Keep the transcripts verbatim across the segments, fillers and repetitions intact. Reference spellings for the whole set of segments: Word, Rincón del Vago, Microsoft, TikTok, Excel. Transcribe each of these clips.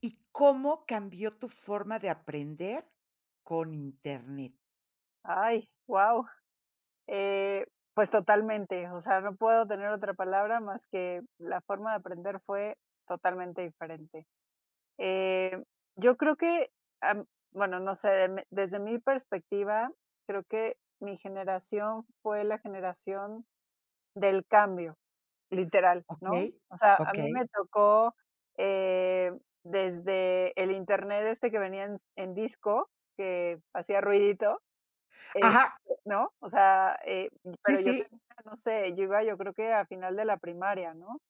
¿Y cómo cambió tu forma de aprender con Internet? Ay, guau. Eh, pues totalmente, o sea, no puedo tener otra palabra más que la forma de aprender fue totalmente diferente. Eh, yo creo que, am, bueno, no sé, de mi- desde mi perspectiva, creo que mi generación fue la generación del cambio, literal, ¿Ok? ¿no? O sea, a Ok. mí me tocó eh, desde el internet este que venía en, en disco, que hacía ruidito, este, Ajá, ¿no? O sea, eh, sí, pero yo sí, tenía, no sé, yo iba, yo creo que a final de la primaria, ¿no?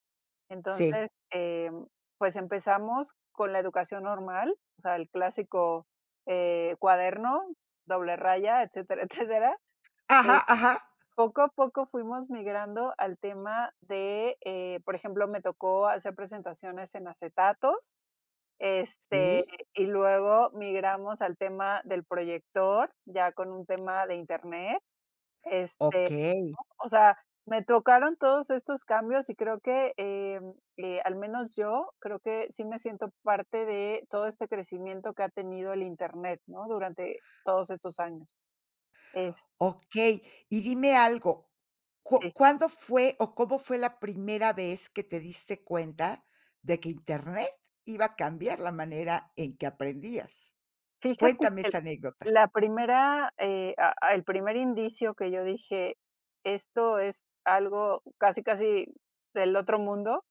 sí. Entonces, em, pues empezamos con la educación normal, o sea, el clásico, eh, cuaderno, doble raya, etcétera, etcétera. Ajá, Eh, ajá, poco a poco fuimos migrando al tema de, eh, por ejemplo, me tocó hacer presentaciones en acetatos, este, sí, y luego migramos al tema del proyector, ya con un tema de Internet. ok, Este, ¿no? O sea, me tocaron todos estos cambios y creo que, em, eh, al menos yo, creo que sí me siento parte de todo este crecimiento que ha tenido el Internet, ¿no? Durante todos estos años. Es- ok. Y dime algo, ¿cu sí. cuándo fue o cómo fue la primera vez que te diste cuenta de que Internet iba a cambiar la manera en que aprendías? Fíjate Cuéntame que esa anécdota. la primera, eh, a a el primer indicio que yo dije: "Esto es algo casi, casi del otro mundo".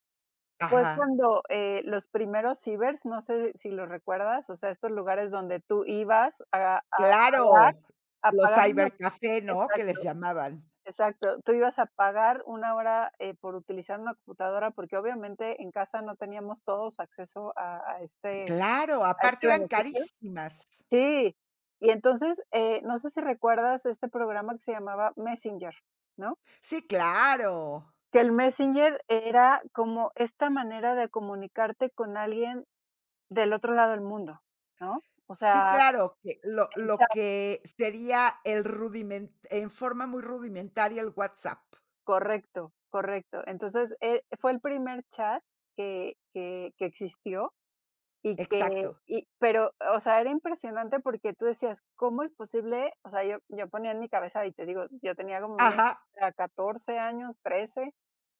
Fue Ajá, cuando, eh, los primeros cibers, no sé si lo recuerdas, o sea, estos lugares donde tú ibas a a pagar claro, a los pagar una cybercafé, ¿no?, que les exacto, llamaban. exacto. Tú ibas a pagar una hora, eh, por utilizar una computadora, porque obviamente en casa no teníamos todos acceso a a este Claro, a este aparte eran beneficio. carísimas. Sí, y entonces, eh, no sé si recuerdas este programa que se llamaba Messenger, ¿no? Sí, claro. Que el Messenger era como esta manera de comunicarte con alguien del otro lado del mundo, ¿no? O Sí, sea, claro, que lo en lo chat, que sería el rudimen en forma muy rudimentaria el WhatsApp. correcto, correcto. Entonces, eh, fue el primer chat que que que existió y que Exacto. y pero, o sea, era impresionante porque tú decías: "¿Cómo es posible?". O sea, yo yo ponía en mi cabeza, y te digo, yo tenía como unos, Ajá, ah, catorce años, trece,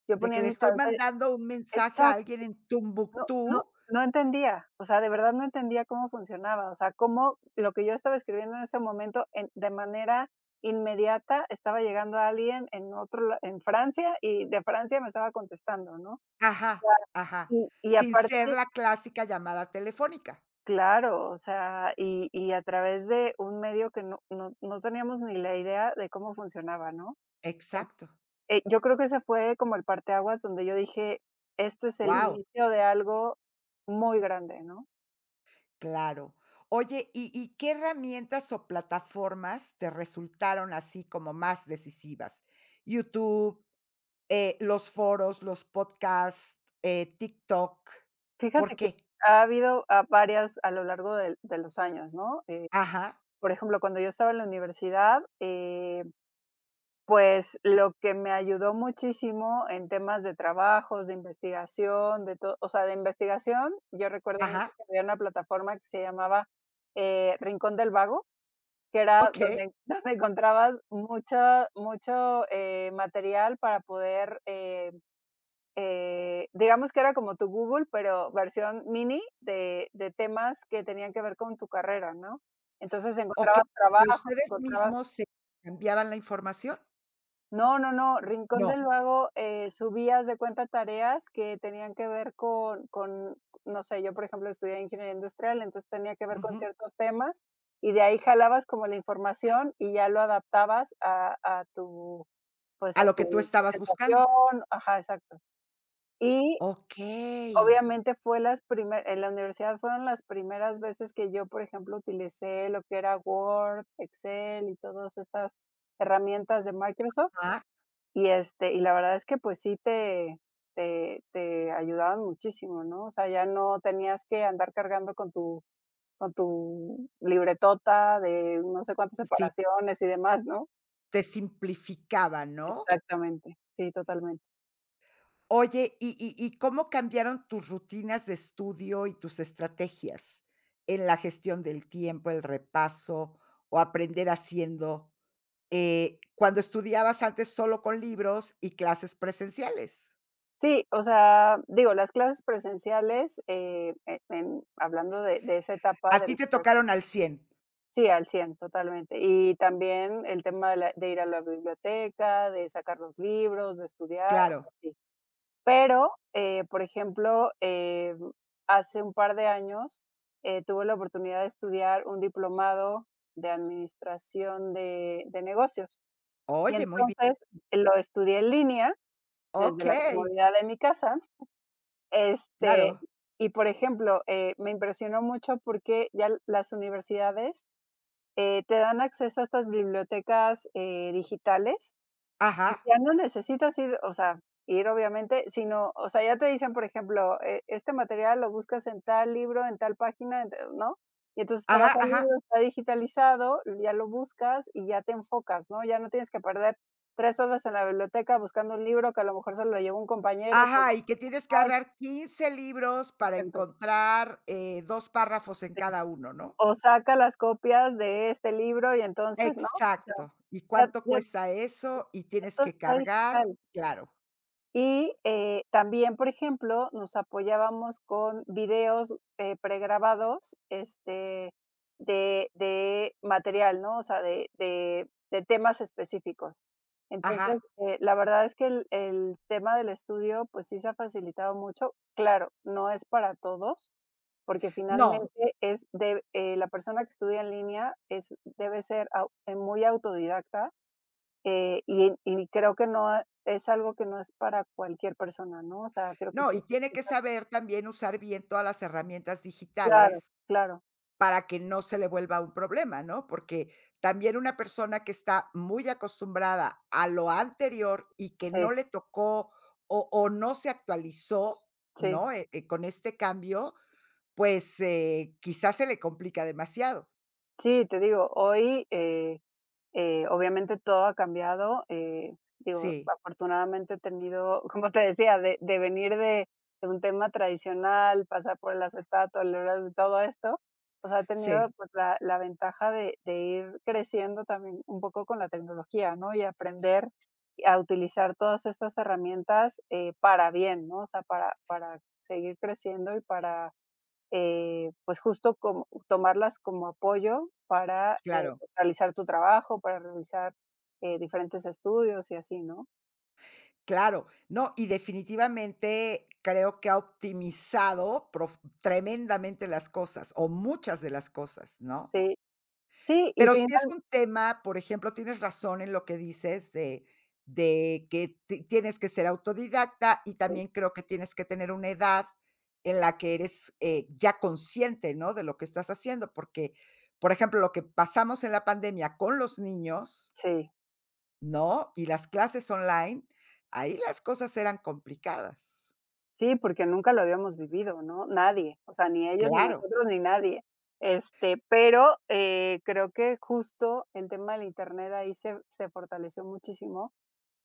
yo de que ponía en le mi estoy cabeza mandando un mensaje a exacto. alguien en No no Tumbuctú. no entendía, o sea, de verdad no entendía cómo funcionaba, o sea, cómo lo que yo estaba escribiendo en ese momento en de manera inmediata estaba llegando a alguien en otro la en Francia, y de Francia me estaba contestando, ¿no? Ajá, Claro. ajá, Y y sin ser aparte la clásica llamada telefónica. claro, o sea, y y a través de un medio que no no no teníamos ni la idea de cómo funcionaba, ¿no? En- Exacto. Eh, yo creo que ese fue como el parteaguas donde yo dije: "Este es el Wow. inicio de algo muy grande", ¿no? Claro. Oye, ¿y y qué herramientas o plataformas te resultaron así como más decisivas? YouTube, eh, los foros, los podcasts, eh, TikTok, ¿por Fíjate que qué? ha habido, ah, varias a lo largo del de los años, ¿no? Eh, Ajá, por ejemplo, cuando yo estaba en la universidad, eh, pues, lo que me ayudó muchísimo en temas de trabajos, de investigación, de todo o sea, de investigación, yo recuerdo mucho ajá, que había una plataforma que se llamaba, eh, Rincón del Vago, que era okey, donde donde encontrabas mucho mucho, eh, material para poder, eh eh, digamos que era como tu Google, pero versión mini de de temas que tenían que ver con tu carrera, ¿no? Entonces, okey, encontrabas ¿entre trabajos, ustedes encontrabas mismos se cambiaban la información? no, no, no, Rincón No, del Vago, eh, subía, de cuenta, tareas que tenían que ver con con, no sé, yo, por ejemplo, estudié ingeniería industrial, entonces tenía que ver con ujú, ciertos temas, y de ahí jalabas como la información y ya lo adaptabas a a tu, pues, a a lo que tú tu estabas buscando. presentación ajá, exacto. Y Okey, obviamente fue las primeras en la universidad fueron las primeras veces que yo, por ejemplo, utilicé lo que era Word, Excel y todas estas herramientas de Microsoft, ah, y, este, y la verdad es que, pues, sí te te te ayudaban muchísimo, ¿no? O sea, ya no tenías que andar cargando con tu con tu libretota de no sé cuántas sí, separaciones y demás, ¿no? te simplificaba, ¿no? Exactamente. Sí, totalmente. Oye, ¿y y y cómo cambiaron tus rutinas de estudio y tus estrategias en la gestión del tiempo, el repaso o aprender haciendo, eh, cuando estudiabas antes solo con libros y clases presenciales? Sí, o sea, digo, las clases presenciales, eh, e en hablando de de esa etapa A ti del te tocaron al cien, sí, al cien, totalmente. Y también el tema de la de ir a la biblioteca, de sacar los libros, de estudiar, o sea, claro. sí. Pero, eh, por ejemplo, em, hace un par de años, eh, tuve la oportunidad de estudiar un diplomado de administración de de negocios. Y Oye, muy bien. entonces, eh, lo estudié en línea desde la Okey, comodidad de mi casa. Este, claro. y por ejemplo, eh, me impresionó mucho porque ya l- las universidades eh, te dan acceso a estas bibliotecas eh, digitales Ajá, y ya no necesitas ir, o sea, ir obviamente, sino, o sea, ya te dicen, por ejemplo, eh, este material lo buscas en tal libro, en tal página, en ta- ¿no? Y entonces te vas ajá, al ajá, libro, está digitalizado, ya lo buscas y ya te enfocas, ¿no? Ya no tienes que perder tres horas en la biblioteca buscando un libro que a lo mejor se lo llevó un compañero. Que, ajá, y que tienes que ay, agarrar quince libros para pues, encontrar, eh, dos párrafos en cada uno, ¿no? o saca las copias de este libro y entonces, ¿no? O sea, Exacto. ¿Y ya cuánto ya cuesta eso? Y ya tienes todo que está cargar, digital. claro. Y, eh, también, por ejemplo, nos apoyábamos con videos, eh, pregrabados, este, de de material, ¿no? O sea, de de de temas específicos. Ajá. Entonces, eh, la verdad es que el el tema del estudio, pues sí se ha facilitado mucho. Claro, no es para todos. Porque No, finalmente es de eh, la persona que estudia en línea es debe ser au eh, muy autodidacta, eh, y y creo que no es algo que no es para cualquier persona, ¿no? O sea, creo que no, sí y tienes tiene que que estar saber también usar bien todas las herramientas claro, digitales claro, para que no se le vuelva un problema, ¿no? Porque también una persona que está muy acostumbrada a lo anterior y que no sí, le tocó o o no se actualizó, sí. ¿no? Eh, eh, con este cambio, pues, eh, quizás se le complica demasiado. Sí, te digo, hoy, eh Eh, obviamente todo ha cambiado, eh, digo, Sí, afortunadamente he tenido, como te decía, de de venir de de un tema tradicional, pasar por el acetato, el oral, todo esto, o sea, he tenido, sí, pues, la la ventaja de de ir creciendo también un poco con la tecnología, ¿no? Y aprender a utilizar todas estas herramientas, eh, para bien, ¿no? O sea, para para seguir creciendo y para eh, pues, justo como tomarlas como apoyo para, eh, claro. realizar tu trabajo, para realizar, eh, diferentes estudios y así, ¿no? Claro, no, y definitivamente creo que ha optimizado prof tremendamente las cosas, o muchas de las cosas, ¿no? Sí, sí, y Pero sí es finalmente un tema, por ejemplo, tienes razón en lo que dices de de que ti tienes que ser autodidacta, y también creo que tienes que tener una edad en la que eres, eh, ya consciente, ¿no?, de lo que estás haciendo, porque, por ejemplo, lo que pasamos en la pandemia con los niños. sí, ¿No? Y las clases online, ahí las cosas eran complicadas. sí, porque nunca lo habíamos vivido, ¿no? Nadie, o sea, ni ellos, ni Claro, nosotros, ni nadie. Este, pero, eh, creo que justo el tema del Internet ahí se se fortaleció muchísimo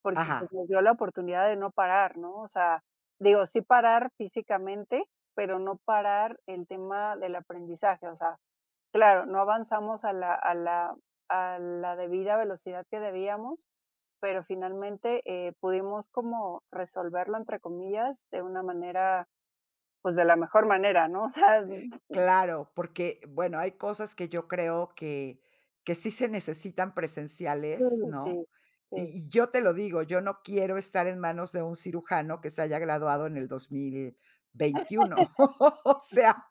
porque, pues, ajá, nos dio la oportunidad de no parar, ¿no? O sea, digo, sí parar físicamente, pero no parar el tema del aprendizaje. O sea, claro, no avanzamos a la a la a la debida velocidad que debíamos, pero finalmente, eh, pudimos como resolverlo, entre comillas, de una manera, pues, de la mejor manera, ¿no? O sea, claro, porque, bueno, hay cosas que yo creo que que sí se necesitan sí, presenciales, ¿no? sí, Y sí. y yo te lo digo, yo no quiero estar en manos de un cirujano que se haya graduado en el dos mil veintiuno. O sea,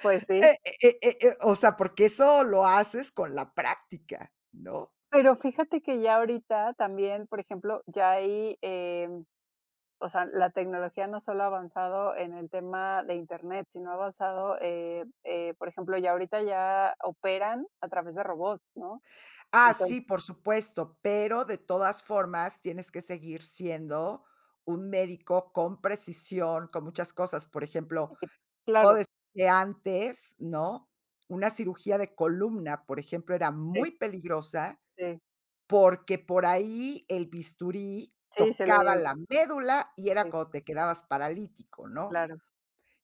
Pues sí. eh eh eh eh, o sea, porque eso lo haces con la práctica, ¿no? Pero fíjate que ya ahorita también, por ejemplo, ya hay, em o sea, la tecnología no solo ha avanzado en el tema de Internet, sino ha avanzado, eh eh, por ejemplo, ya ahorita ya operan a través de robots, ¿no? Ah, Entonces sí, por supuesto, pero de todas formas tienes que seguir siendo un médico con precisión, con muchas cosas. Por ejemplo, eh, puedo claro, decir que antes, ¿no? Una cirugía de columna, por ejemplo, era muy peligrosa este, porque por ahí el bisturí sí, se tocaba le la médula y era sí, cuando te quedabas paralítico, ¿no? claro.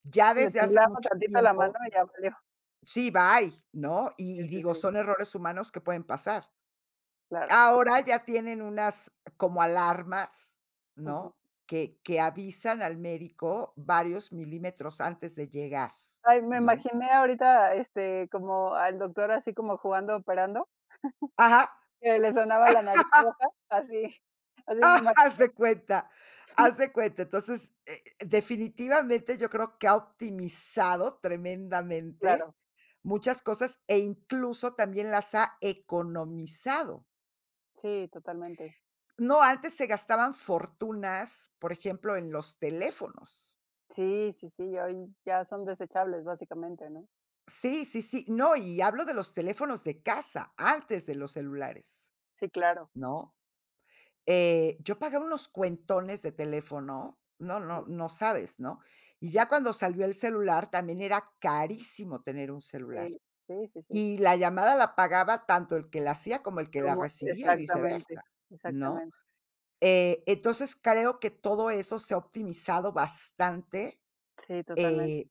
Ya Sí, le desde hace temblaba mucho tantito la mano tiempo, y ya valió. sí, bye, ¿no? Y, Sí, y sí, digo, sí, son errores humanos que pueden pasar. claro. Ahora ya tienen unas como alarmas, Ujú. ¿no? Que que avisan al médico varios milímetros antes de llegar, Ay, me ¿no? imaginé ahorita, este, como al doctor así como jugando operando, Ajá. que le sonaba la nariz roja, así así me imagino, Haz de cuenta, haz de cuenta. Entonces, eh, definitivamente yo creo que ha optimizado tremendamente claro. muchas cosas e incluso también las ha economizado. Sí, totalmente. No, antes se gastaban fortunas, por ejemplo, en los teléfonos. Sí, sí, sí, hoy ya son desechables básicamente, ¿no? Sí, sí, sí. No, y hablo de los teléfonos de casa, antes de los celulares, Sí, claro. ¿no? Eh, yo pagaba unos cuentones de teléfono, no, no, no sabes, ¿no? Y ya cuando salió el celular, también era carísimo tener un celular. Sí, sí, sí, sí, sí. Y la llamada la pagaba tanto el que la hacía como el que la Como recibía y exactamente, viceversa, ¿no? exactamente. Eh, entonces creo que todo eso se ha optimizado bastante, Sí, totalmente. eh,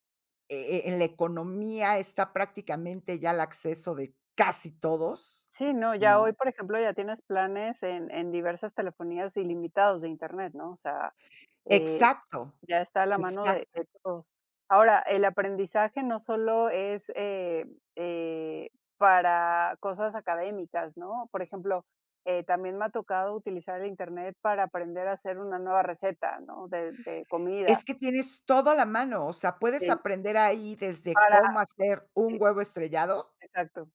e en la economía está prácticamente ya el acceso de casi todos, Sí, no, ya hoy, ¿no? por ejemplo, ya tienes planes en en diversas telefonías ilimitados de Internet, ¿no? O sea, eh. Exacto, Ya está a la mano de exacto. de todos. Ahora, el aprendizaje no solo es, eh, eh, para cosas académicas, ¿no? Por ejemplo, eh, también me ha tocado utilizar el Internet para aprender a hacer una nueva receta, ¿no? De de comida, Es que tienes todo a la mano, o sea, puedes Sí. aprender ahí desde para cómo hacer un eh, huevo estrellado, exacto,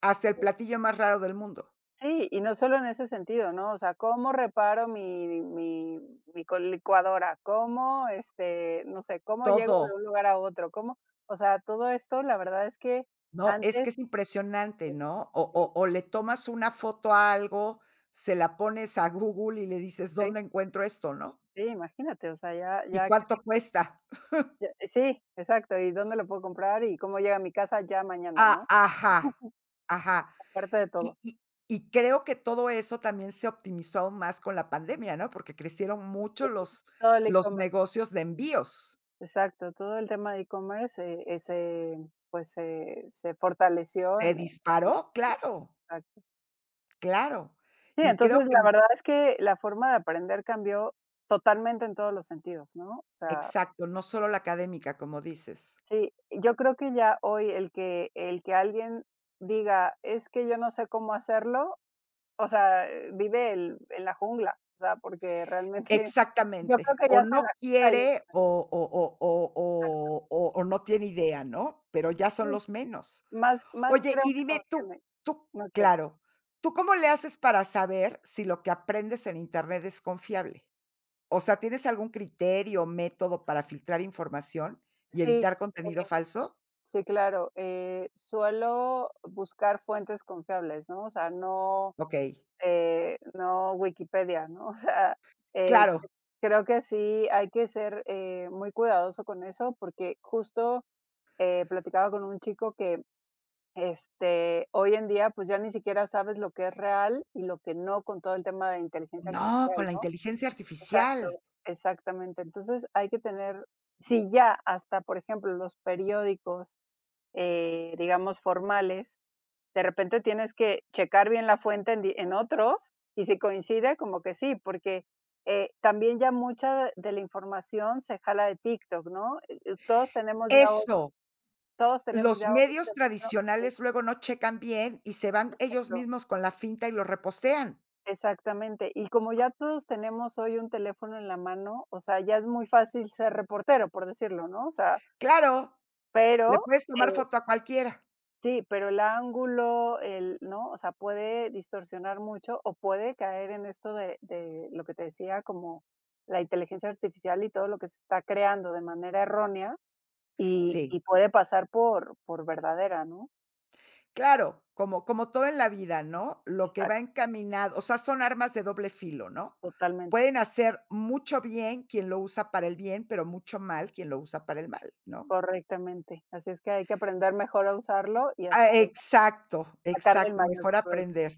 hasta el sí. platillo más raro del mundo, Sí, y no solo en ese sentido, ¿no? O sea, ¿cómo reparo mi mi mi co licuadora? ¿Cómo, este, no sé, cómo llego de todo, un lugar a otro? ¿Cómo? O sea, todo esto, la verdad es que ¿no? Es antes, que es impresionante, ¿no? O este, o o le tomas una foto a algo, se la pones a Google y le dices: sí, "¿Dónde encuentro esto?", ¿no? sí, imagínate, o sea, ya ¿Y ya que ni cuánto cuesta? ya eh, sí, exacto, ¿y dónde lo puedo comprar y cómo llega a mi casa ya mañana, Ah, no? ajá, ajá. Aparte de Y todo. y y creo que todo eso también se optimizó aún más con la pandemia, ¿no? Porque crecieron Sí, mucho los todo el los e-commerce, negocios de envíos. exacto, todo el tema de e-commerce, eh, eh, pues, se se fortaleció Se en en disparó, claro, Exacto. claro. Sí, Y entonces creo que la mm verdad es que la forma de aprender cambió totalmente en todos los sentidos, ¿no? O sea, exacto, no solo la académica, como dices. sí, yo creo que ya hoy el que el que alguien diga: "Es que yo no sé cómo hacerlo", o sea, eh, vive el en la jungla, o sea, porque realmente yo Exactamente. creo que O ya está en no la jungla y quiere o o o o o o o no tiene idea, ¿no? Pero ya son sí, los menos. más más Oye, creo y que dime no tú tiene, tú no quiere. claro, ¿tú cómo le haces para saber si lo que aprendes en Internet es confiable? O sea, ¿tienes algún criterio o método para filtrar información y Sí, evitar contenido eh, falso? sí, claro, eh, suelo buscar fuentes confiables, ¿no? O sea, no ¿Ok? eh, no Wikipedia, ¿no? O sea, eh, Claro. creo que sí hay que ser eh, muy cuidadoso con eso, porque justo eh, platicaba con un chico que este, hoy en día pues ya ni siquiera sabes lo que es real y lo que no con todo el tema de inteligencia No, con artificial, la ¿no? inteligencia Exacto, artificial. exactamente. Entonces hay que tener, si ya hasta, por ejemplo, los periódicos, eh, digamos, formales, de repente tienes que checar bien la fuente en, di- en otros y si coincide, como que sí, porque eh, también ya mucha de de la información se jala de TikTok, ¿no? Eh, eh, todos tenemos ya, o- Eso. todos tenemos Los ya hoy un medios teléfono. tradicionales luego no checan bien y se van ellos Exacto. mismos con la finta y lo repostean. Exactamente. Y como ya todos tenemos hoy un teléfono en la mano, o sea, ya es muy fácil ser reportero, por decirlo, ¿no? O sea, Claro, le pero puedes tomar eh, foto a cualquiera. sí, pero el ángulo, el ¿no? O sea, puede distorsionar mucho o puede caer en esto de de lo que te decía, como la inteligencia artificial y todo lo que se está creando de manera errónea y Sí. y puede pasar por por verdadera, ¿no? Claro, como como todo en la vida, ¿no? Lo que va Exacto, encaminado o sea, son armas de doble filo, ¿no? totalmente, Pueden hacer mucho bien quien lo usa para el bien, pero mucho mal quien lo usa para el mal, ¿no? correctamente. Así es que hay que aprender mejor a usarlo y a Ah, saber exacto, sacarle el exacto, mayor mejor provecho. aprender.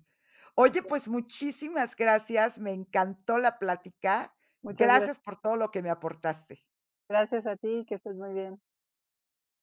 Oye, pues muchísimas gracias, me encantó la plática. Muchas Gracias gracias. por todo lo que me aportaste. Gracias a ti, que estés muy bien.